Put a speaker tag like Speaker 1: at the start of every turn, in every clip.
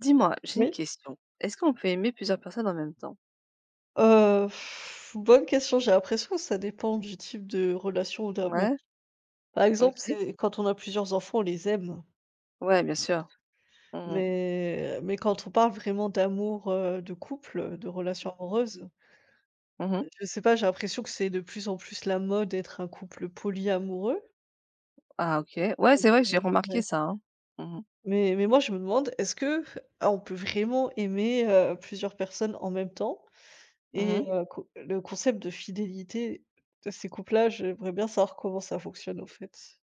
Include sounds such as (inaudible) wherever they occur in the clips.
Speaker 1: Dis-moi, j'ai une
Speaker 2: Oui.
Speaker 1: question. Est-ce qu'on peut aimer plusieurs personnes en même temps?
Speaker 2: Heu, Bonne question, j'ai l'impression que ça dépend du type de relation ou d'amour.
Speaker 1: Ouais,
Speaker 2: Par exemple,
Speaker 1: OK.
Speaker 2: c'est quand on a plusieurs enfants, on les aime,
Speaker 1: Ouais, bien sûr. Mmh mh.
Speaker 2: mais quand on parle vraiment d'amour, de couple, de relation amoureuse,
Speaker 1: Mmh.
Speaker 2: je sais pas, j'ai l'impression que c'est de plus en plus la mode d'être un couple polyamoureux.
Speaker 1: Ah OK. Ouais,
Speaker 2: Donc
Speaker 1: c'est vrai que j'ai
Speaker 2: ouais.
Speaker 1: remarqué ça, hein. Mmh mh.
Speaker 2: Mais moi je me demande, est-ce que on peut vraiment aimer, plusieurs personnes en même temps? Et
Speaker 1: Mmh.
Speaker 2: co le concept de fidélité de ces couples-là, j'aimerais bien savoir comment ça fonctionne, au fait.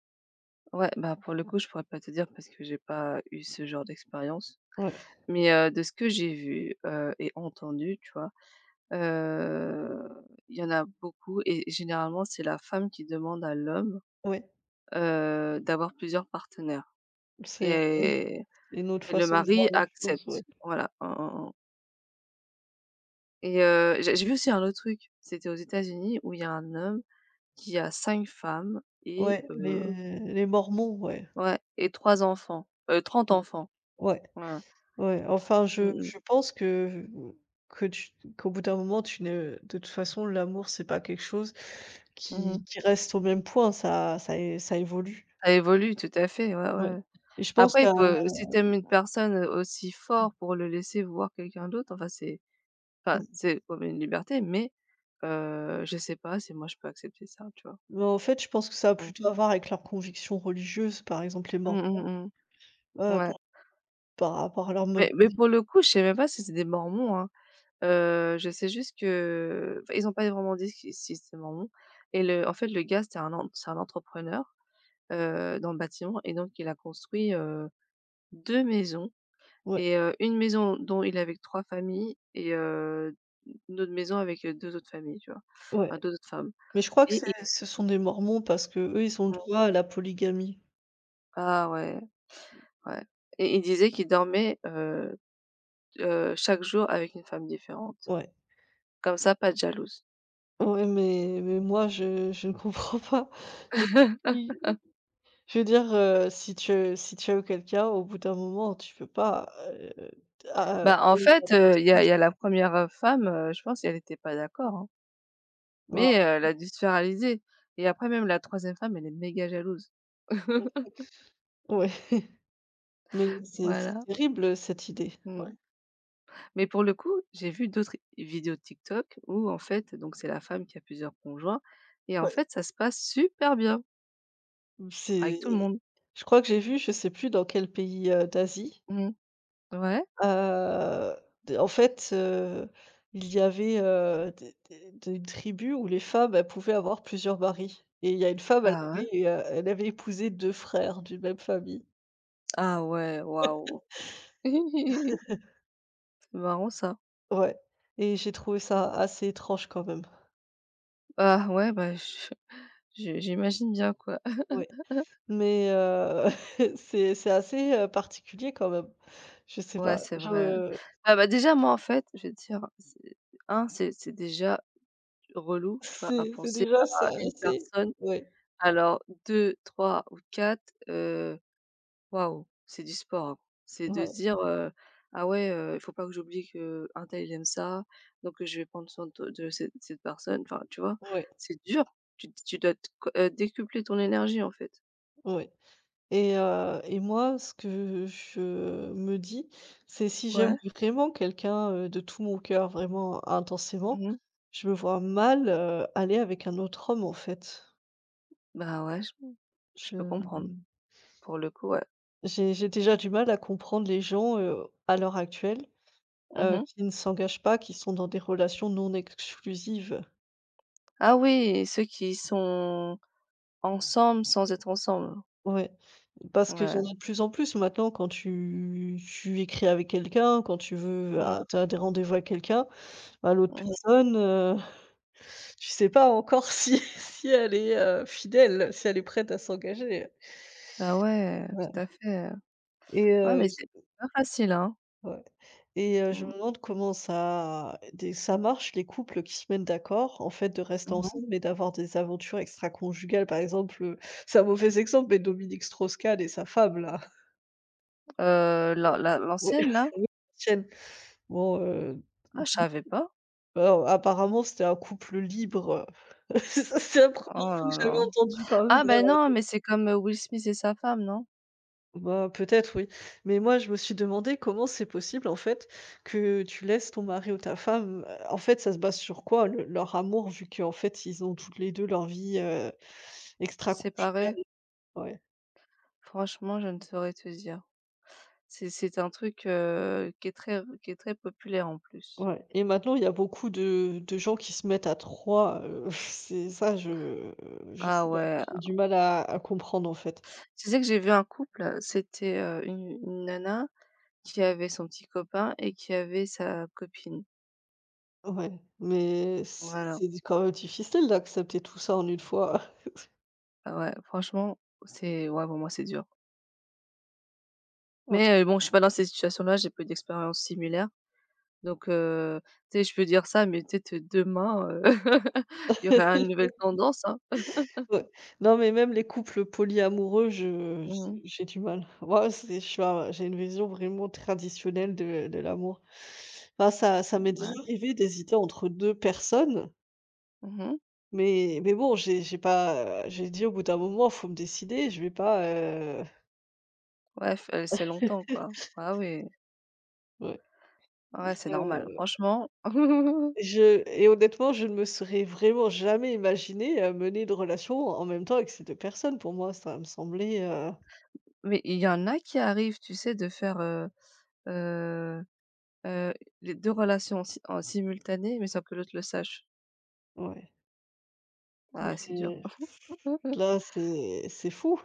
Speaker 1: Ouais, bah, pour le coup, je pourrais pas te dire parce que j'ai pas eu ce genre d'expérience.
Speaker 2: Ouais,
Speaker 1: Mais, de ce que j'ai vu, et entendu, tu vois? Heu, il y en a beaucoup et généralement, c'est la femme qui demande à l'homme,
Speaker 2: ouais,
Speaker 1: d'avoir plusieurs partenaires
Speaker 2: c'est
Speaker 1: et
Speaker 2: une autre
Speaker 1: le
Speaker 2: façon de voir
Speaker 1: mari
Speaker 2: les choses, ouais.
Speaker 1: accepte. Voilà. Mmh mmh. Et j'ai vu aussi un autre truc, c'était aux États-Unis où il y a un homme qui a 5 femmes et
Speaker 2: Ouais, les
Speaker 1: heu
Speaker 2: les mormons, ouais.
Speaker 1: ouais et 3 enfants, 30
Speaker 2: Mmh.
Speaker 1: enfants.
Speaker 2: Ouais,
Speaker 1: Voilà.
Speaker 2: ouais, enfin,
Speaker 1: Mmh
Speaker 2: je
Speaker 1: mh.
Speaker 2: je pense que tu qu'au bout d'un moment, tu ne de toute façon, l'amour, c'est pas quelque chose
Speaker 1: Mmh.
Speaker 2: qui reste au même point, ça évolue.
Speaker 1: Ça évolue tout à fait, ouais,
Speaker 2: Ouais,
Speaker 1: ouais.
Speaker 2: et je pense
Speaker 1: Après il
Speaker 2: qu'à
Speaker 1: faut si tu une personne, aussi fort pour le laisser voir quelqu'un d'autre, enfin c'est comme une liberté mais je sais pas si moi je peux accepter ça, tu vois?
Speaker 2: mais en fait, je pense que ça a
Speaker 1: Mmh.
Speaker 2: plutôt à voir avec leurs convictions religieuses, par exemple, les
Speaker 1: Mmh, mmh,
Speaker 2: mormons,
Speaker 1: mmh.
Speaker 2: heu,
Speaker 1: Ouais.
Speaker 2: par rapport à leur mode
Speaker 1: Mais
Speaker 2: de
Speaker 1: mais
Speaker 2: vie.
Speaker 1: pour le coup, je sais même pas si c'est des mormons, hein. Je sais juste que enfin, ils ont pas vraiment dit si c'est mon nom et le en fait, le gars, c'est un en c'est un entrepreneur, dans le bâtiment et donc il a construit, 2 maisons
Speaker 2: Ouais,
Speaker 1: et une maison dont il est avec 3 familles et une autre maison avec, 2 autres familles, tu vois?
Speaker 2: ouais.
Speaker 1: Enfin 2 autres femmes
Speaker 2: Mais je crois que
Speaker 1: et
Speaker 2: c'est
Speaker 1: ils
Speaker 2: ce sont des mormons parce que eux ils ont le
Speaker 1: ont
Speaker 2: droit à la polygamie.
Speaker 1: ah ouais, ouais et il disait qu'il dormait, chaque jour avec une femme différente.
Speaker 2: Ouais,
Speaker 1: Comme ça, pas de jalouse.
Speaker 2: ouais, mais moi, je ne (laughs) comprends pas. Je
Speaker 1: (laughs)
Speaker 2: je veux dire, si tu as eu quelqu'un, au bout d'un moment, tu peux pas, a
Speaker 1: Bah, en
Speaker 2: aller à
Speaker 1: fait,
Speaker 2: droite,
Speaker 1: heu, il y
Speaker 2: à
Speaker 1: a
Speaker 2: gauche.
Speaker 1: il y a la première femme, je pense qu'elle était pas d'accord, hein, mais
Speaker 2: Voilà.
Speaker 1: elle a dû se faire réaliser et après même la troisième femme, elle est méga jalouse. (laughs)
Speaker 2: Ouais, mais c'est
Speaker 1: Voilà,
Speaker 2: terrible, cette idée. Ouais,
Speaker 1: mmh, mais pour le coup, j'ai vu d'autres vidéos TikTok où en fait, donc c'est la femme qui a plusieurs conjoints et en
Speaker 2: ouais.
Speaker 1: fait, ça se passe super bien avec
Speaker 2: C'est
Speaker 1: tout le monde.
Speaker 2: Je crois que j'ai vu, je sais plus dans quel pays, d'Asie.
Speaker 1: Mmh, ouais.
Speaker 2: Heu, d En fait, il y avait, des tribus où les femmes, elles pouvaient avoir plusieurs maris et il y a une femme,
Speaker 1: Ah ouais?
Speaker 2: elle avait épousé deux frères d'une même famille.
Speaker 1: Ah ouais, waouh! (laughs) C'est marrant ça.
Speaker 2: Ouais, et j'ai trouvé ça assez étrange quand même.
Speaker 1: Ah ouais, bah, je j'imagine bien, quoi.
Speaker 2: Ouais, mais (laughs) c'est assez, particulier quand même. Je sais
Speaker 1: Ouais,
Speaker 2: pas,
Speaker 1: c'est vrai.
Speaker 2: je
Speaker 1: Ah bah, déjà, moi, en fait, je vais te dire, c'est 1, c'est déjà relou, tu vois, à
Speaker 2: c'est
Speaker 1: penser
Speaker 2: déjà ça
Speaker 1: à une
Speaker 2: assez
Speaker 1: personne.
Speaker 2: ouais,
Speaker 1: Alors deux trois ou 4 waouh, c'est du sport, hein. C'est de
Speaker 2: ouais,
Speaker 1: dire, «Ah ouais, il faut pas que j'oublie qu'un tel il aime ça, donc je vais prendre soin de cette personne». Enfin, tu vois?
Speaker 2: ouais,
Speaker 1: C'est dur. Tu dois te co décupler ton énergie, en fait.
Speaker 2: ouais. Et moi, ce que je me dis, c'est si j'aime
Speaker 1: Ouais.
Speaker 2: vraiment quelqu'un, de tout mon cœur, vraiment intensément,
Speaker 1: Mmh.
Speaker 2: je me vois mal, aller avec un autre homme, en fait.
Speaker 1: Bah ouais, je
Speaker 2: Je
Speaker 1: peux comprendre.
Speaker 2: mmh,
Speaker 1: Pour le coup, ouais.
Speaker 2: j'ai déjà du mal à comprendre les gens, à l'heure actuelle,
Speaker 1: Mmh.
Speaker 2: qui ne s'engagent pas, qui sont dans des relations non exclusives.
Speaker 1: Ah oui, ceux qui sont ensemble sans être ensemble.
Speaker 2: Ouais, parce qu'il y en
Speaker 1: Ouais.
Speaker 2: a de plus en plus maintenant quand tu écris avec quelqu'un, quand tu veux,
Speaker 1: Mmh,
Speaker 2: tu des rendez-vous avec quelqu'un, bah, l'autre
Speaker 1: mmh.
Speaker 2: personne, tu sais pas encore si (laughs) si elle est, fidèle, si elle est prête à s'engager.
Speaker 1: Bah ouais,
Speaker 2: Ouais,
Speaker 1: tout à fait.
Speaker 2: et
Speaker 1: Ouais, mais c'est pas facile, hein.
Speaker 2: ouais je
Speaker 1: Mmh.
Speaker 2: me demande comment ça marche les couples qui se mettent d'accord, en fait, de rester
Speaker 1: Mmh mh.
Speaker 2: ensemble mais d'avoir des aventures extraconjugales. Par exemple, c'est un mauvais exemple, mais Dominique Strauss-Kahn et sa femme là.
Speaker 1: La la
Speaker 2: Ouais,
Speaker 1: l'ancienne là?
Speaker 2: (laughs) oui, l'ancienne. Bon,
Speaker 1: Ah je savais pas.
Speaker 2: alors apparemment, c'était un couple libre. (laughs) Ça, c'est la
Speaker 1: Oh
Speaker 2: première fois que
Speaker 1: là
Speaker 2: j'avais
Speaker 1: là.
Speaker 2: entendu parler
Speaker 1: Ah ben
Speaker 2: d'un.
Speaker 1: non, mais c'est comme, Will Smith et sa femme, non?
Speaker 2: Bah, peut-être oui. Mais moi, je me suis demandé comment c'est possible en fait que tu laisses ton mari ou ta femme, en fait, ça se base sur quoi le leur amour vu qu'en fait, ils ont toutes les 2 leur vie, extra-conjugale?
Speaker 1: Séparés?
Speaker 2: Ouais,
Speaker 1: Franchement, je ne saurais te dire. C'est un truc, qui est très populaire en plus.
Speaker 2: ouais, et maintenant, il y a beaucoup de gens qui se mettent à 3. (laughs) C'est ça, je
Speaker 1: Ah
Speaker 2: sais pas,
Speaker 1: ouais.
Speaker 2: j'ai du mal à comprendre en fait.
Speaker 1: Tu sais que j'ai vu un couple, c'était, une nana qui avait son petit copain et qui avait sa copine.
Speaker 2: Ouais, mais c'est
Speaker 1: Voilà.
Speaker 2: c'est quand même difficile d'accepter tout ça en une fois.
Speaker 1: Ah ouais, franchement, c'est ouais, pour moi, c'est dur. Mais
Speaker 2: (laughs)
Speaker 1: bon, je suis pas dans cette situation là j'ai pas eu d'expérience similaire. Donc tu sais, je peux dire ça, mais peut-être, demain, (laughs) il y aura
Speaker 2: Ouais.
Speaker 1: une nouvelle tendance, hein.
Speaker 2: Ouais. Non, mais même les couples polyamoureux, je
Speaker 1: Mmh.
Speaker 2: j'ai du mal. Moi, c'est je suis un j'ai une vision vraiment traditionnelle de l'amour. Enfin, ça m'est déjà
Speaker 1: Ouais.
Speaker 2: arrivé d'hésiter entre 2 personnes,
Speaker 1: Mmh.
Speaker 2: mais bon, j'ai pas, j'ai dit: «Au bout d'un moment, faut me décider, je vais pas, heu.»
Speaker 1: Ouais, f c'est longtemps, quoi. Ah oui,
Speaker 2: Ouais, et
Speaker 1: ouais, c'est normal. Franchement (laughs)
Speaker 2: je et honnêtement, je ne me serais vraiment jamais imaginé mener une relation en même temps avec ces 2 personnes. Pour moi, ça me semblait,
Speaker 1: mais il y en a qui arrivent, tu sais, de faire, heu heu, les 2 relations si en simultané, mais sans que l'autre le sache.
Speaker 2: ouais,
Speaker 1: Ah, c'est dur.
Speaker 2: mais
Speaker 1: Hop, hop, hop.
Speaker 2: là, c'est fou.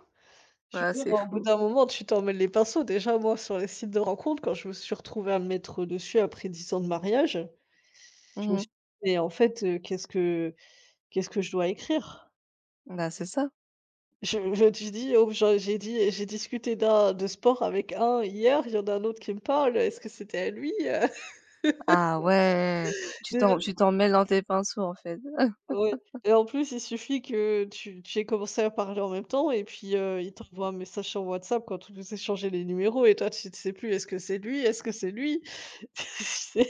Speaker 2: Je
Speaker 1: Ah,
Speaker 2: veux dire,
Speaker 1: c'est
Speaker 2: au bout
Speaker 1: fou.
Speaker 2: d'un moment, tu t'en mêles les pinceaux. Déjà, moi, sur les sites de rencontres, quand je me suis retrouvée à me mettre dessus après 10 ans de mariage, je me suis
Speaker 1: Mmh.
Speaker 2: dit: «Mais en fait, qu'est-ce que je dois écrire?»
Speaker 1: Bah, c'est ça.
Speaker 2: Je me suis dit: «Oh, j'en j'ai dit j'ai discuté d'un de sport avec un hier, il y en a un autre qui me parle, est-ce que c'était à lui?»
Speaker 1: Ah ouais,
Speaker 2: (laughs) Déjà,
Speaker 1: tu t'en mêles dans tes pinceaux, en fait.
Speaker 2: ouais, et en plus, il suffit que tu aies commencé à parler en même temps et puis, il t'envoie un message sur WhatsApp quand vous échangez les numéros et toi, tu ne sais plus, est-ce que c'est lui? Est-ce que c'est lui? (laughs) C'est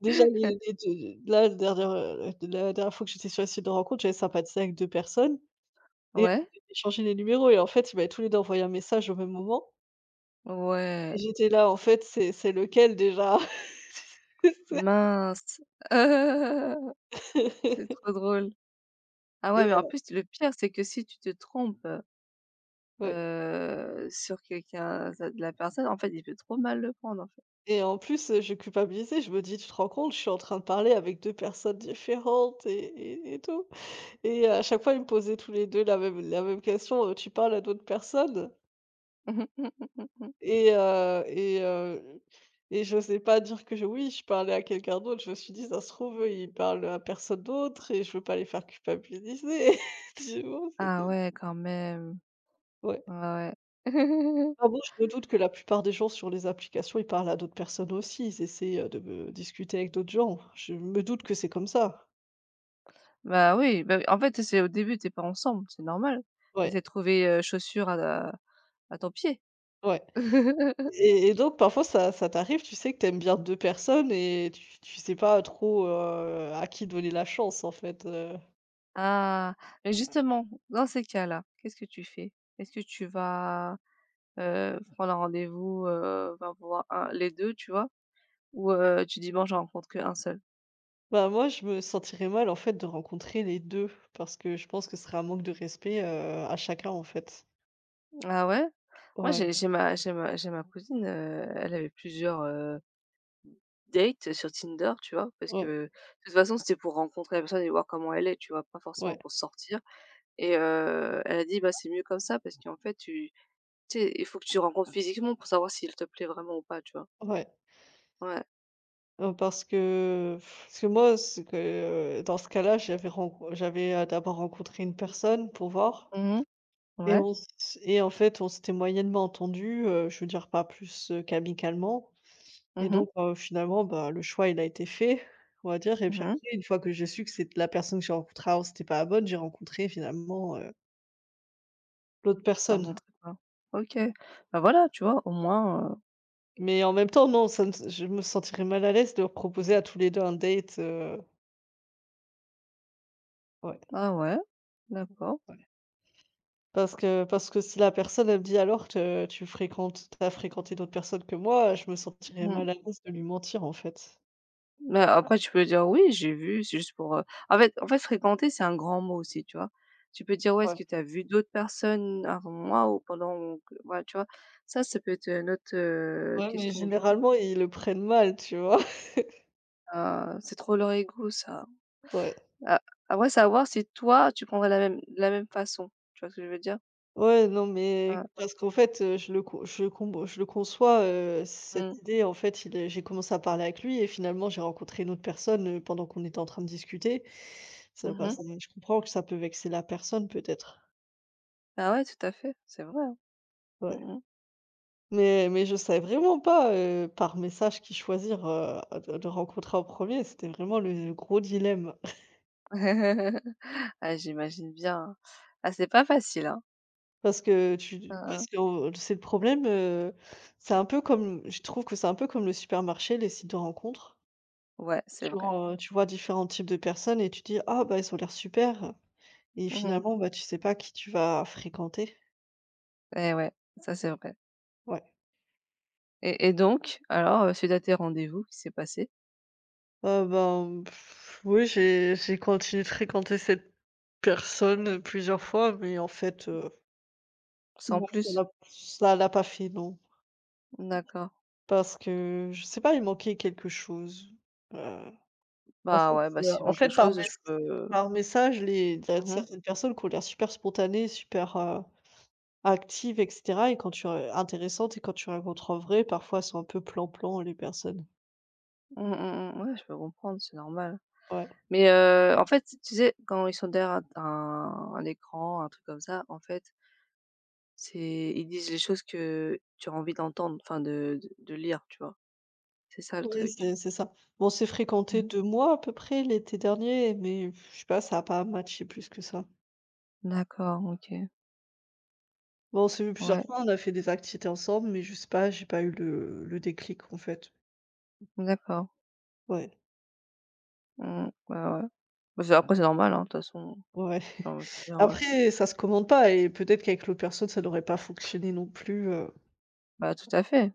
Speaker 2: Déjà
Speaker 1: (laughs)
Speaker 2: les de là, la dernière fois que j'étais sur les sites de rencontre, j'avais sympathisé avec 2 personnes et on
Speaker 1: Ouais?
Speaker 2: avait échangé les numéros et en fait, ils m'avaient tous les 2 envoyé un message au même moment et
Speaker 1: Ouais,
Speaker 2: j'étais là, en fait, c'est lequel déjà?
Speaker 1: mince. (laughs) C'est
Speaker 2: (laughs)
Speaker 1: trop drôle. Ah ouais,
Speaker 2: Et
Speaker 1: mais en plus, le pire, c'est que si tu te trompes,
Speaker 2: ouais,
Speaker 1: sur quelqu'un, ça de la personne, en fait, il peut trop mal le prendre, en fait.
Speaker 2: et en plus, je culpabilisais, je me dis: «Tu te rends compte? Je suis en train de parler avec 2 personnes différentes et tout.» Et à chaque fois, ils me posaient tous les 2 la même question: «Tu parles à d'autres personnes?»
Speaker 1: (laughs)
Speaker 2: Et heu et heu et j'osais pas dire que je oui, je parlais à quelqu'un d'autre. Je me suis dit: «Ça se trouve, eux, ils parlent à personne d'autre et je veux pas les faire culpabiliser.» (laughs) Tu vois?
Speaker 1: Ah
Speaker 2: C'était
Speaker 1: ouais, quand même.
Speaker 2: ouais.
Speaker 1: Ouais, ouais.
Speaker 2: Ah bon, je me doute que la plupart des gens sur les applications, ils parlent à d'autres personnes aussi. Ils essaient, de me discuter avec d'autres gens. Je me doute que c'est comme ça.
Speaker 1: Bah, oui, en fait, c'est au début, t'es pas ensemble, c'est normal. Tu essaies
Speaker 2: Ouais,
Speaker 1: de trouver, chaussure à ton pied.
Speaker 2: ouais,
Speaker 1: (laughs)
Speaker 2: et donc parfois ça t'arrive, tu sais que t'aimes bien 2 personnes et tu sais pas trop, à qui donner la chance en fait
Speaker 1: Ah! Mais justement, dans ces cas-là, qu'est-ce que tu fais? Est-ce que tu vas, prendre un rendez-vous, enfin voir un les 2, tu vois? Ou, tu dis: «Bon, j'en rencontre qu'un seul»?
Speaker 2: Bah, moi, je me sentirais mal, en fait, de rencontrer les 2 parce que je pense que ce serait un manque de respect, à chacun, en fait.
Speaker 1: Ah ouais? Moi,
Speaker 2: Ouais,
Speaker 1: j'ai ma cousine, elle avait plusieurs, dates sur Tinder, tu vois? Parce
Speaker 2: ouais,
Speaker 1: que de toute façon, c'était pour rencontrer la personne et voir comment elle est, tu vois? Pas forcément
Speaker 2: ouais,
Speaker 1: pour sortir et elle a dit: «Bah, c'est mieux comme ça parce qu'en fait, tu sais, il faut que tu rencontres physiquement pour savoir si elle te plaît vraiment ou pas», tu vois?
Speaker 2: ouais,
Speaker 1: Ouais.
Speaker 2: parce que moi, c'est que, dans ce cas-là, j'avais, d'abord rencontré une personne pour voir
Speaker 1: Mmh.
Speaker 2: et
Speaker 1: Ouais.
Speaker 2: on s et en fait, on s'était moyennement entendus, je veux dire pas plus, qu'amicalement et
Speaker 1: Mmh mh.
Speaker 2: donc finalement, bah, le choix, il a été fait, on va dire et puis
Speaker 1: Mmh mh.
Speaker 2: après, une fois que j'ai su que c'est la personne que j'ai rencontrée avant, c'était pas la bonne, j'ai rencontré finalement, l'autre personne.
Speaker 1: Tu OK. Bah, voilà, tu vois? Au moins,
Speaker 2: Mais en même temps, non, ça me s je me sentirais mal à l'aise de leur proposer à tous les 2 un date, ouais.
Speaker 1: ah ouais, d'accord.
Speaker 2: Ouais. Parce que si la personne, elle me dit: «Alors que tu as fréquenté d'autres personnes que moi», je me sentirais
Speaker 1: Mmh.
Speaker 2: mal à l'aise de lui mentir, en fait.
Speaker 1: Mais après tu peux dire: «Oui, j'ai vu», c'est juste pour, en fait fréquenter, c'est un grand mot aussi, tu vois? Tu peux dire: «Ouais, est-ce
Speaker 2: Ouais.
Speaker 1: que tu as vu d'autres personnes avant moi ou pendant que» voilà, tu vois? Ça peut être, une autre,
Speaker 2: Ouais, mais
Speaker 1: question, tu vois?
Speaker 2: généralement, ils le prennent mal, tu vois? (laughs)
Speaker 1: Ah, c'est trop leur ego ça.
Speaker 2: Ouais.
Speaker 1: A Après savoir si toi, tu prendrais la même façon. Tu vois ce que je veux dire?
Speaker 2: Ouais, non, mais
Speaker 1: Ouais.
Speaker 2: parce qu'en fait, je le conçois, cette
Speaker 1: Mmh.
Speaker 2: idée, en fait, il est j'ai commencé à parler avec lui et finalement, j'ai rencontré une autre personne, pendant qu'on était en train de discuter. Ça
Speaker 1: Mmh
Speaker 2: bah,
Speaker 1: mh.
Speaker 2: ça je comprends que ça peut vexer la personne peut-être,
Speaker 1: Bah, ouais, tout à fait, c'est vrai, hein.
Speaker 2: ouais.
Speaker 1: Mmh mh.
Speaker 2: Mais je savais vraiment pas, par message qui choisir, de rencontrer en premier. C'était vraiment le gros dilemme.
Speaker 1: (laughs) Ah j'imagine bien. Ah c'est pas facile, hein.
Speaker 2: Parce que
Speaker 1: Hein,
Speaker 2: tu parce
Speaker 1: hein.
Speaker 2: que, heu, c'est le problème, c'est un peu comme je trouve que c'est un peu comme le supermarché, les sites de rencontres.
Speaker 1: Ouais, c'est vrai.
Speaker 2: Tu vois différents types de personnes et tu dis: «Ah bah, ils ont l'air super» et
Speaker 1: Mmh mh.
Speaker 2: finalement, bah, tu sais pas qui tu vas fréquenter.
Speaker 1: Et ouais, ça c'est vrai.
Speaker 2: Ouais.
Speaker 1: Et donc, alors, suite à tes rendez-vous, qu'est-ce qui s'est passé?
Speaker 2: Ben, oui, j'ai continué de fréquenter cette personne, plusieurs fois, mais en fait,
Speaker 1: Sans
Speaker 2: non, (laughs) ça
Speaker 1: plus?
Speaker 2: l'a ça l'a pas fait, non.
Speaker 1: D'accord.
Speaker 2: Parce que je sais pas, il manquait quelque chose. Heu, en fait,
Speaker 1: Bah ouais, bah
Speaker 2: heu,
Speaker 1: s'il
Speaker 2: en
Speaker 1: manque quelque
Speaker 2: fait,
Speaker 1: chose, je peux
Speaker 2: par message, les il y a
Speaker 1: mmh mh.
Speaker 2: certaines personnes qui ont l'air super spontanées, super, active et cetera et quand tu rencontres en vrai, parfois elles sont un peu plan-plan les personnes.
Speaker 1: Mmh, mmh, mmh. Ouais, je peux comprendre, c'est normal.
Speaker 2: Ouais.
Speaker 1: Mais, en fait, tu sais, quand ils sont derrière un écran, un truc comme ça, en fait, c'est ils disent les choses que tu as envie d'entendre, enfin de lire, tu vois? C'est ça le
Speaker 2: Oui,
Speaker 1: truc.
Speaker 2: c'est ça. Bon, on s'est fréquentés 2 mois à peu près l'été dernier, mais je sais pas, ça a pas matché plus que ça.
Speaker 1: D'accord, OK.
Speaker 2: Bon, on s'est vu plusieurs
Speaker 1: Ouais,
Speaker 2: fois, on a fait des activités ensemble, mais je sais pas, j'ai pas eu le déclic en fait.
Speaker 1: d'accord.
Speaker 2: Ouais,
Speaker 1: Mmh, ouais, ouais. Bah, c'est après c'est normal, hein, de toute façon,
Speaker 2: ouais,
Speaker 1: j'ai envie de te dire,
Speaker 2: (laughs) après ça se commande pas et peut-être qu'avec l'autre personne ça n'aurait pas fonctionné non plus,
Speaker 1: bah, tout à fait. De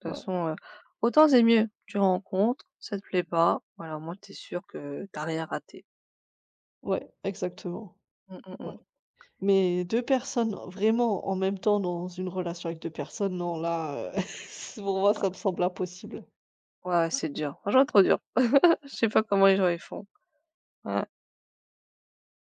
Speaker 1: toute
Speaker 2: ouais,
Speaker 1: façon, autant c'est mieux, tu rencontres, ça te plaît pas, voilà, au moins tu es sûre que tu as rien raté.
Speaker 2: ouais, exactement.
Speaker 1: Mmh, mmh,
Speaker 2: Ouais.
Speaker 1: mmh.
Speaker 2: Mais 2 personnes vraiment en même temps dans une relation avec 2 personnes, non là, (laughs) pour moi ça me semble impossible.
Speaker 1: Ouais, c'est dur, franchement trop dur. (laughs) Je sais pas comment les gens ils font. Ouais.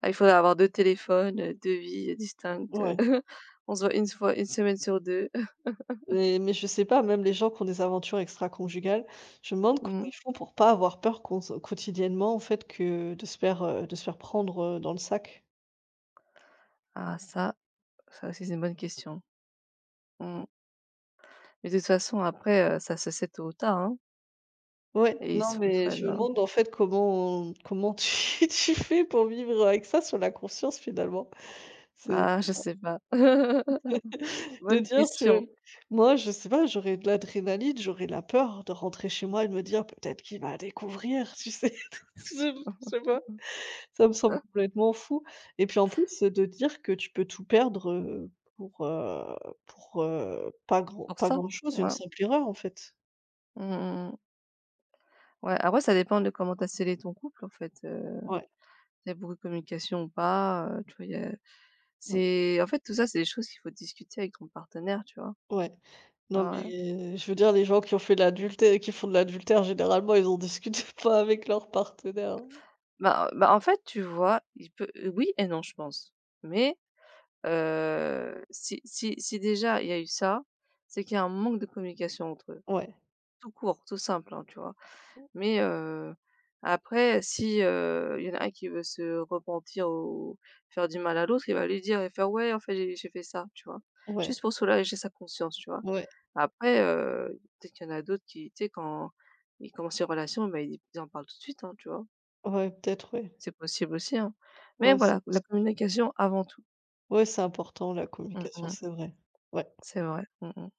Speaker 1: Ah, il faudrait avoir 2 téléphones, 2 vies, distinctes,
Speaker 2: Ouais,
Speaker 1: (laughs) on se voit une fois une semaine sur 2. (laughs)
Speaker 2: mais je sais pas, même les gens qui ont des aventures extraconjugales, je me demande comment ils
Speaker 1: Mmh.
Speaker 2: font pour pas avoir peur cons quotidiennement en fait que de se faire prendre, dans le sac.
Speaker 1: Ah ça, ça aussi c'est une bonne question. Mmh. Mais de toute façon après, ça se sait tôt ou tard, hein.
Speaker 2: Ouais,
Speaker 1: Et ils
Speaker 2: non
Speaker 1: se
Speaker 2: mais
Speaker 1: retrouvent
Speaker 2: je me
Speaker 1: dans
Speaker 2: demande en fait comment tu (laughs) tu fais pour vivre avec ça sur la conscience finalement? C'est
Speaker 1: ah je sais pas. (laughs)
Speaker 2: De
Speaker 1: Bonne
Speaker 2: dire
Speaker 1: question.
Speaker 2: que moi, je sais pas, j'aurais de l'adrénaline, j'aurais la peur de rentrer chez moi et de me dire: «Peut-être qu'il va découvrir», tu sais? (laughs) Je sais pas, ça me semble
Speaker 1: Hein,
Speaker 2: complètement fou et puis en plus, de dire que tu peux tout perdre, pour, heu, pour, pas grand
Speaker 1: pour
Speaker 2: pas
Speaker 1: ça?
Speaker 2: grand-chose, une
Speaker 1: Ouais.
Speaker 2: simple erreur, en fait.
Speaker 1: Mmh mmh. Ouais, après ça dépend de comment t'as scellé ton couple en fait,
Speaker 2: Ouais,
Speaker 1: y a beaucoup de communication ou pas, tu vois? Y a
Speaker 2: ouais,
Speaker 1: c'est en fait tout ça, c'est des choses qu'il faut discuter avec ton partenaire, tu vois?
Speaker 2: ouais. Non,
Speaker 1: Ouais, ouais.
Speaker 2: mais je veux dire, les gens qui ont fait de l'adultère qui font de l'adultère, généralement, ils en discutent (laughs) pas avec leur partenaire.
Speaker 1: Bah, en fait, tu vois, il peut oui et non, je pense. Mais, heu, si déjà il y a eu ça, c'est qu'il y a un manque de communication entre eux.
Speaker 2: Ouais,
Speaker 1: Tout court, tout simple, hein, tu vois? Mais, après si, il y en a un qui veut se repentir ou faire du mal à l'autre, il va lui dire, et faire: «Ouais, en fait, j'ai fait ça», tu vois?
Speaker 2: ouais,
Speaker 1: Juste pour soulager sa conscience, tu vois?
Speaker 2: ouais,
Speaker 1: Après, peut-être qu'il y en a d'autres qui, tu sais, quand ils commencent les relations, bah, ils en parlent tout de suite, hein, tu vois?
Speaker 2: ouais, peut-être, ouais.
Speaker 1: C'est possible aussi, hein. Mais
Speaker 2: Ouais, c'est
Speaker 1: voilà, la communication avant tout.
Speaker 2: ouais, c'est important la
Speaker 1: Mmh
Speaker 2: communication,
Speaker 1: mh.
Speaker 2: c'est vrai. Ouais.
Speaker 1: C'est vrai. Mmh mh.